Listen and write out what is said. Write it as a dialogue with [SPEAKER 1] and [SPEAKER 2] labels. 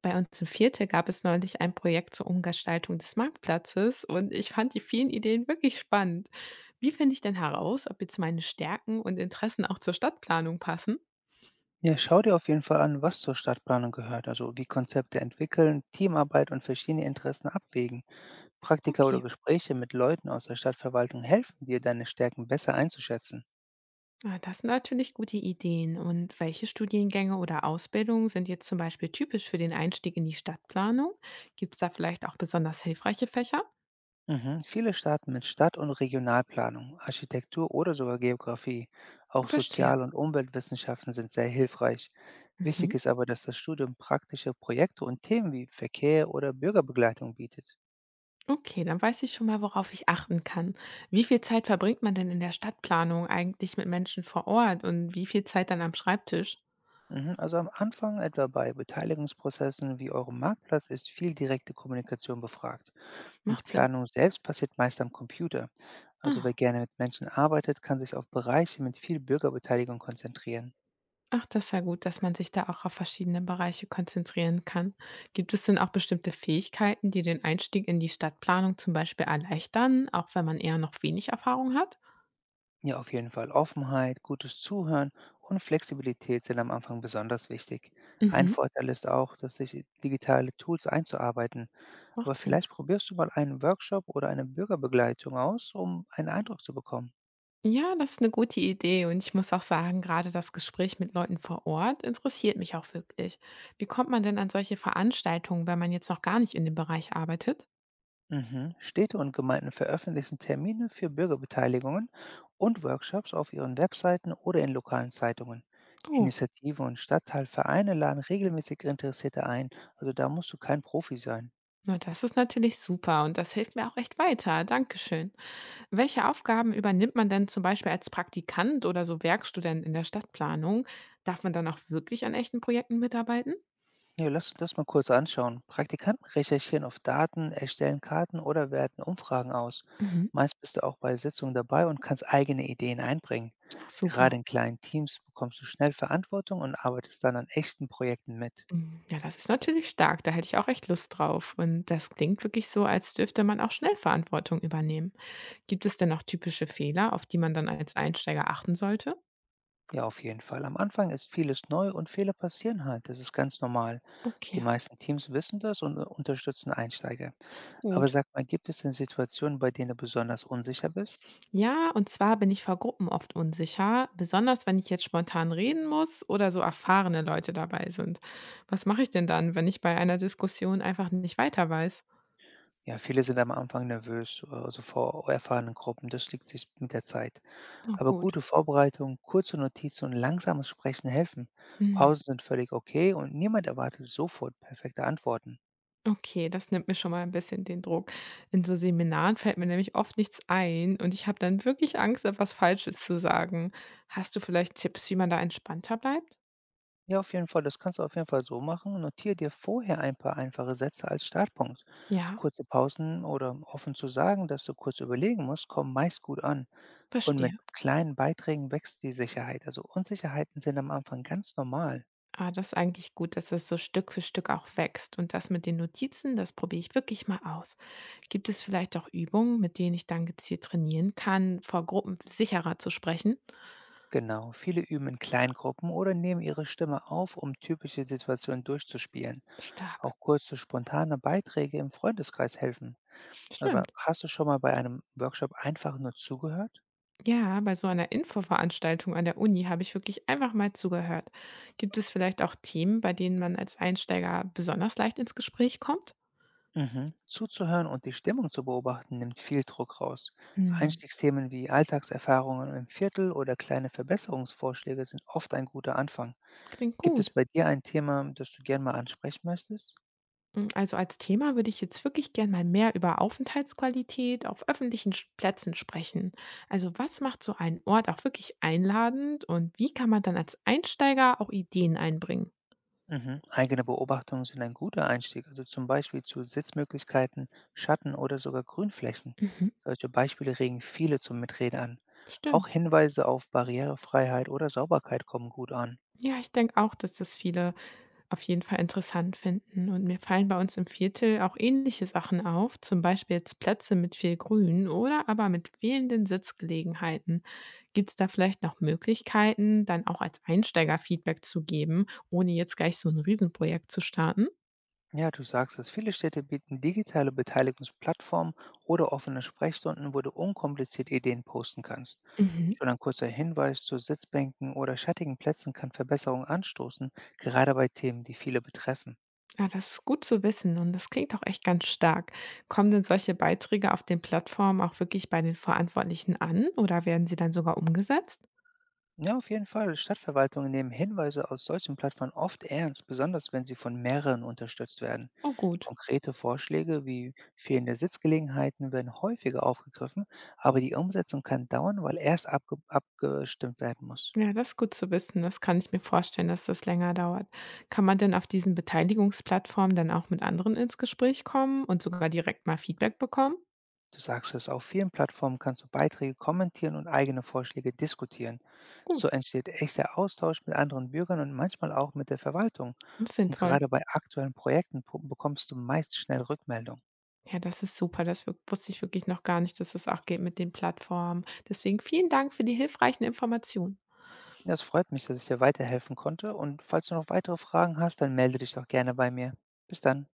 [SPEAKER 1] Bei uns im Viertel gab es neulich ein Projekt zur Umgestaltung des Marktplatzes und ich fand die vielen Ideen wirklich spannend. Wie finde ich denn heraus, ob jetzt meine Stärken und Interessen auch zur Stadtplanung passen?
[SPEAKER 2] Ja, schau dir auf jeden Fall an, was zur Stadtplanung gehört, also wie Konzepte entwickeln, Teamarbeit und verschiedene Interessen abwägen. Praktika oder
[SPEAKER 1] Okay,
[SPEAKER 2] Gespräche mit Leuten aus der Stadtverwaltung helfen dir, deine Stärken besser einzuschätzen.
[SPEAKER 1] das sind natürlich gute Ideen. Und welche Studiengänge oder Ausbildungen sind jetzt zum Beispiel typisch für den Einstieg in die Stadtplanung? Gibt es da vielleicht auch besonders hilfreiche Fächer?
[SPEAKER 2] Mhm. Viele starten mit Stadt- und Regionalplanung, Architektur oder sogar Geografie. Auch
[SPEAKER 1] Verstehe.
[SPEAKER 2] Sozial- und Umweltwissenschaften sind sehr hilfreich.
[SPEAKER 1] Mhm.
[SPEAKER 2] Wichtig ist aber, dass das Studium praktische Projekte und Themen wie Verkehr oder Bürgerbegleitung bietet.
[SPEAKER 1] Okay, dann weiß ich schon mal, worauf ich achten kann. Wie viel Zeit verbringt man denn in der Stadtplanung eigentlich mit Menschen vor Ort und wie viel Zeit dann am Schreibtisch?
[SPEAKER 2] Mhm, also am Anfang etwa bei Beteiligungsprozessen wie eurem Marktplatz ist viel direkte Kommunikation befragt. Und die
[SPEAKER 1] Macht Sinn.
[SPEAKER 2] Planung selbst passiert meist am Computer. Also wer
[SPEAKER 1] Ah,
[SPEAKER 2] gerne mit Menschen arbeitet, kann sich auf Bereiche mit viel Bürgerbeteiligung konzentrieren.
[SPEAKER 1] Das ist ja gut, dass man sich da auch auf verschiedene Bereiche konzentrieren kann. Gibt es denn auch bestimmte Fähigkeiten, die den Einstieg in die Stadtplanung zum Beispiel erleichtern, auch wenn man eher noch wenig Erfahrung hat?
[SPEAKER 2] Ja, auf jeden Fall Offenheit, gutes Zuhören und Flexibilität sind am Anfang besonders wichtig. Ein
[SPEAKER 1] Mhm,
[SPEAKER 2] Vorteil ist auch, dass sich digitale Tools einzuarbeiten. Aber
[SPEAKER 1] macht Sinn.
[SPEAKER 2] vielleicht probierst du mal einen Workshop oder eine Bürgerbegleitung aus, um einen Eindruck zu bekommen.
[SPEAKER 1] Ja, das ist eine gute Idee und ich muss auch sagen, gerade das Gespräch mit Leuten vor Ort interessiert mich auch wirklich. Wie kommt man denn an solche Veranstaltungen, wenn man jetzt noch gar nicht in dem Bereich arbeitet?
[SPEAKER 2] Mhm. Städte und Gemeinden veröffentlichen Termine für Bürgerbeteiligungen und Workshops auf ihren Webseiten oder in lokalen Zeitungen.
[SPEAKER 1] Oh,
[SPEAKER 2] Initiativen und Stadtteilvereine laden regelmäßig Interessierte ein, also da musst du kein Profi sein.
[SPEAKER 1] na das ist natürlich super und das hilft mir auch echt weiter. Dankeschön. Welche Aufgaben übernimmt man denn zum Beispiel als Praktikant oder so Werkstudent in der Stadtplanung? Darf man dann auch wirklich an echten Projekten mitarbeiten?
[SPEAKER 2] Ja, lass uns das mal kurz anschauen. Praktikanten recherchieren auf Daten, erstellen Karten oder werten Umfragen aus.
[SPEAKER 1] Mhm.
[SPEAKER 2] Meist bist du auch bei Sitzungen dabei und kannst eigene Ideen einbringen.
[SPEAKER 1] Ach
[SPEAKER 2] Gerade
[SPEAKER 1] super.
[SPEAKER 2] in kleinen Teams bekommst du schnell Verantwortung und arbeitest dann an echten Projekten mit.
[SPEAKER 1] Hm, ja, das ist natürlich stark. Da hätte ich auch echt Lust drauf. Und das klingt wirklich so, als dürfte man auch schnell Verantwortung übernehmen. Gibt es denn noch typische Fehler, auf die man dann als Einsteiger achten sollte?
[SPEAKER 2] Ja, auf jeden Fall. Am Anfang ist vieles neu und Fehler passieren halt. Das ist ganz normal. Die
[SPEAKER 1] Okay,
[SPEAKER 2] meisten Teams wissen das und unterstützen Einsteiger. Aber
[SPEAKER 1] gut.
[SPEAKER 2] sag mal, gibt es denn Situationen, bei denen du besonders unsicher bist?
[SPEAKER 1] Ja, und zwar bin ich vor Gruppen oft unsicher, besonders wenn ich jetzt spontan reden muss oder so erfahrene Leute dabei sind. Was mache ich denn dann, wenn ich bei einer Diskussion einfach nicht weiter weiß?
[SPEAKER 2] Ja, viele sind am Anfang nervös, also vor erfahrenen Gruppen. Das liegt sich mit der Zeit.
[SPEAKER 1] Oh,
[SPEAKER 2] Aber
[SPEAKER 1] gut.
[SPEAKER 2] gute Vorbereitung, kurze Notizen und langsames Sprechen helfen.
[SPEAKER 1] Hm.
[SPEAKER 2] Pausen sind völlig okay und niemand erwartet sofort perfekte Antworten.
[SPEAKER 1] Okay, das nimmt mir schon mal ein bisschen den Druck. In so Seminaren fällt mir nämlich oft nichts ein und ich habe dann wirklich Angst, etwas Falsches zu sagen. Hast du vielleicht Tipps, wie man da entspannter bleibt?
[SPEAKER 2] Ja, auf jeden Fall. Das kannst du auf jeden Fall so machen. Notiere dir vorher ein paar einfache Sätze als Startpunkt.
[SPEAKER 1] Ja,
[SPEAKER 2] Kurze Pausen oder offen zu sagen, dass du kurz überlegen musst, kommen meist gut an. Und mit
[SPEAKER 1] verstehe.
[SPEAKER 2] kleinen Beiträgen wächst die Sicherheit. Also Unsicherheiten sind am Anfang ganz normal.
[SPEAKER 1] Das ist eigentlich gut, dass das so Stück für Stück auch wächst. Und das mit den Notizen, das probiere ich wirklich mal aus. Gibt es vielleicht auch Übungen, mit denen ich dann gezielt trainieren kann, vor Gruppen sicherer zu sprechen?
[SPEAKER 2] Genau, viele üben in Kleingruppen oder nehmen ihre Stimme auf, um typische Situationen durchzuspielen.
[SPEAKER 1] Stark.
[SPEAKER 2] Auch kurze, spontane Beiträge im Freundeskreis helfen. Aber
[SPEAKER 1] Stimmt.
[SPEAKER 2] hast du schon mal bei einem Workshop einfach nur zugehört?
[SPEAKER 1] Ja, bei so einer Infoveranstaltung an der Uni habe ich wirklich einfach mal zugehört. Gibt es vielleicht auch Themen, bei denen man als Einsteiger besonders leicht ins Gespräch kommt?
[SPEAKER 2] Mhm. Zuzuhören und die Stimmung zu beobachten nimmt viel Druck raus.
[SPEAKER 1] Hm,
[SPEAKER 2] Einstiegsthemen wie Alltagserfahrungen im Viertel oder kleine Verbesserungsvorschläge sind oft ein guter Anfang.
[SPEAKER 1] klingt
[SPEAKER 2] Gibt es
[SPEAKER 1] gut.
[SPEAKER 2] bei dir ein Thema, das du gern mal ansprechen möchtest?
[SPEAKER 1] Hm, also als Thema würde ich jetzt wirklich gern mal mehr über Aufenthaltsqualität auf öffentlichen Plätzen sprechen. Also was macht so einen Ort auch wirklich einladend und wie kann man dann als Einsteiger auch Ideen einbringen?
[SPEAKER 2] Mhm. Eigene Beobachtungen sind ein guter Einstieg, also zum Beispiel zu Sitzmöglichkeiten, Schatten oder sogar Grünflächen.
[SPEAKER 1] Mhm,
[SPEAKER 2] Solche Beispiele regen viele zum Mitreden an. Auch
[SPEAKER 1] stimmt.
[SPEAKER 2] Hinweise auf Barrierefreiheit oder Sauberkeit kommen gut an.
[SPEAKER 1] Ja, ich denke auch, dass das viele auf jeden Fall interessant finden. Und mir fallen bei uns im Viertel auch ähnliche Sachen auf, zum Beispiel jetzt Plätze mit viel Grün oder aber mit fehlenden Sitzgelegenheiten. Gibt es da vielleicht noch Möglichkeiten, dann auch als Einsteiger Feedback zu geben, ohne jetzt gleich so ein Riesenprojekt zu starten?
[SPEAKER 2] Ja, du sagst es. Viele Städte bieten digitale Beteiligungsplattformen oder offene Sprechstunden, wo du unkompliziert Ideen posten kannst.
[SPEAKER 1] Mhm.
[SPEAKER 2] Schon ein kurzer Hinweis zu Sitzbänken oder schattigen Plätzen kann Verbesserungen anstoßen, gerade bei Themen, die viele betreffen.
[SPEAKER 1] Ah, das ist gut zu wissen und das klingt auch echt ganz stark. Kommen denn solche Beiträge auf den Plattformen auch wirklich bei den Verantwortlichen an oder werden sie dann sogar umgesetzt?
[SPEAKER 2] Ja, auf jeden Fall. Stadtverwaltungen nehmen Hinweise aus solchen Plattformen oft ernst, besonders wenn sie von mehreren unterstützt werden.
[SPEAKER 1] Oh gut.
[SPEAKER 2] Konkrete Vorschläge wie fehlende Sitzgelegenheiten werden häufiger aufgegriffen, aber die Umsetzung kann dauern, weil erst abgestimmt werden muss.
[SPEAKER 1] Ja, das ist gut zu wissen. Das kann ich mir vorstellen, dass das länger dauert. Kann man denn auf diesen Beteiligungsplattformen dann auch mit anderen ins Gespräch kommen und sogar direkt mal Feedback bekommen?
[SPEAKER 2] Du sagst es, auf vielen Plattformen kannst du Beiträge kommentieren und eigene Vorschläge diskutieren.
[SPEAKER 1] Gut,
[SPEAKER 2] So entsteht echter Austausch mit anderen Bürgern und manchmal auch mit der Verwaltung.
[SPEAKER 1] das ist
[SPEAKER 2] Und
[SPEAKER 1] sinnvoll.
[SPEAKER 2] gerade bei aktuellen Projekten bekommst du meist schnell Rückmeldung.
[SPEAKER 1] Ja, das ist super. Das wusste ich wirklich noch gar nicht, dass es auch geht mit den Plattformen. Deswegen vielen Dank für die hilfreichen Informationen.
[SPEAKER 2] Das freut mich, dass ich dir weiterhelfen konnte. Und falls du noch weitere Fragen hast, dann melde dich doch gerne bei mir. Bis dann.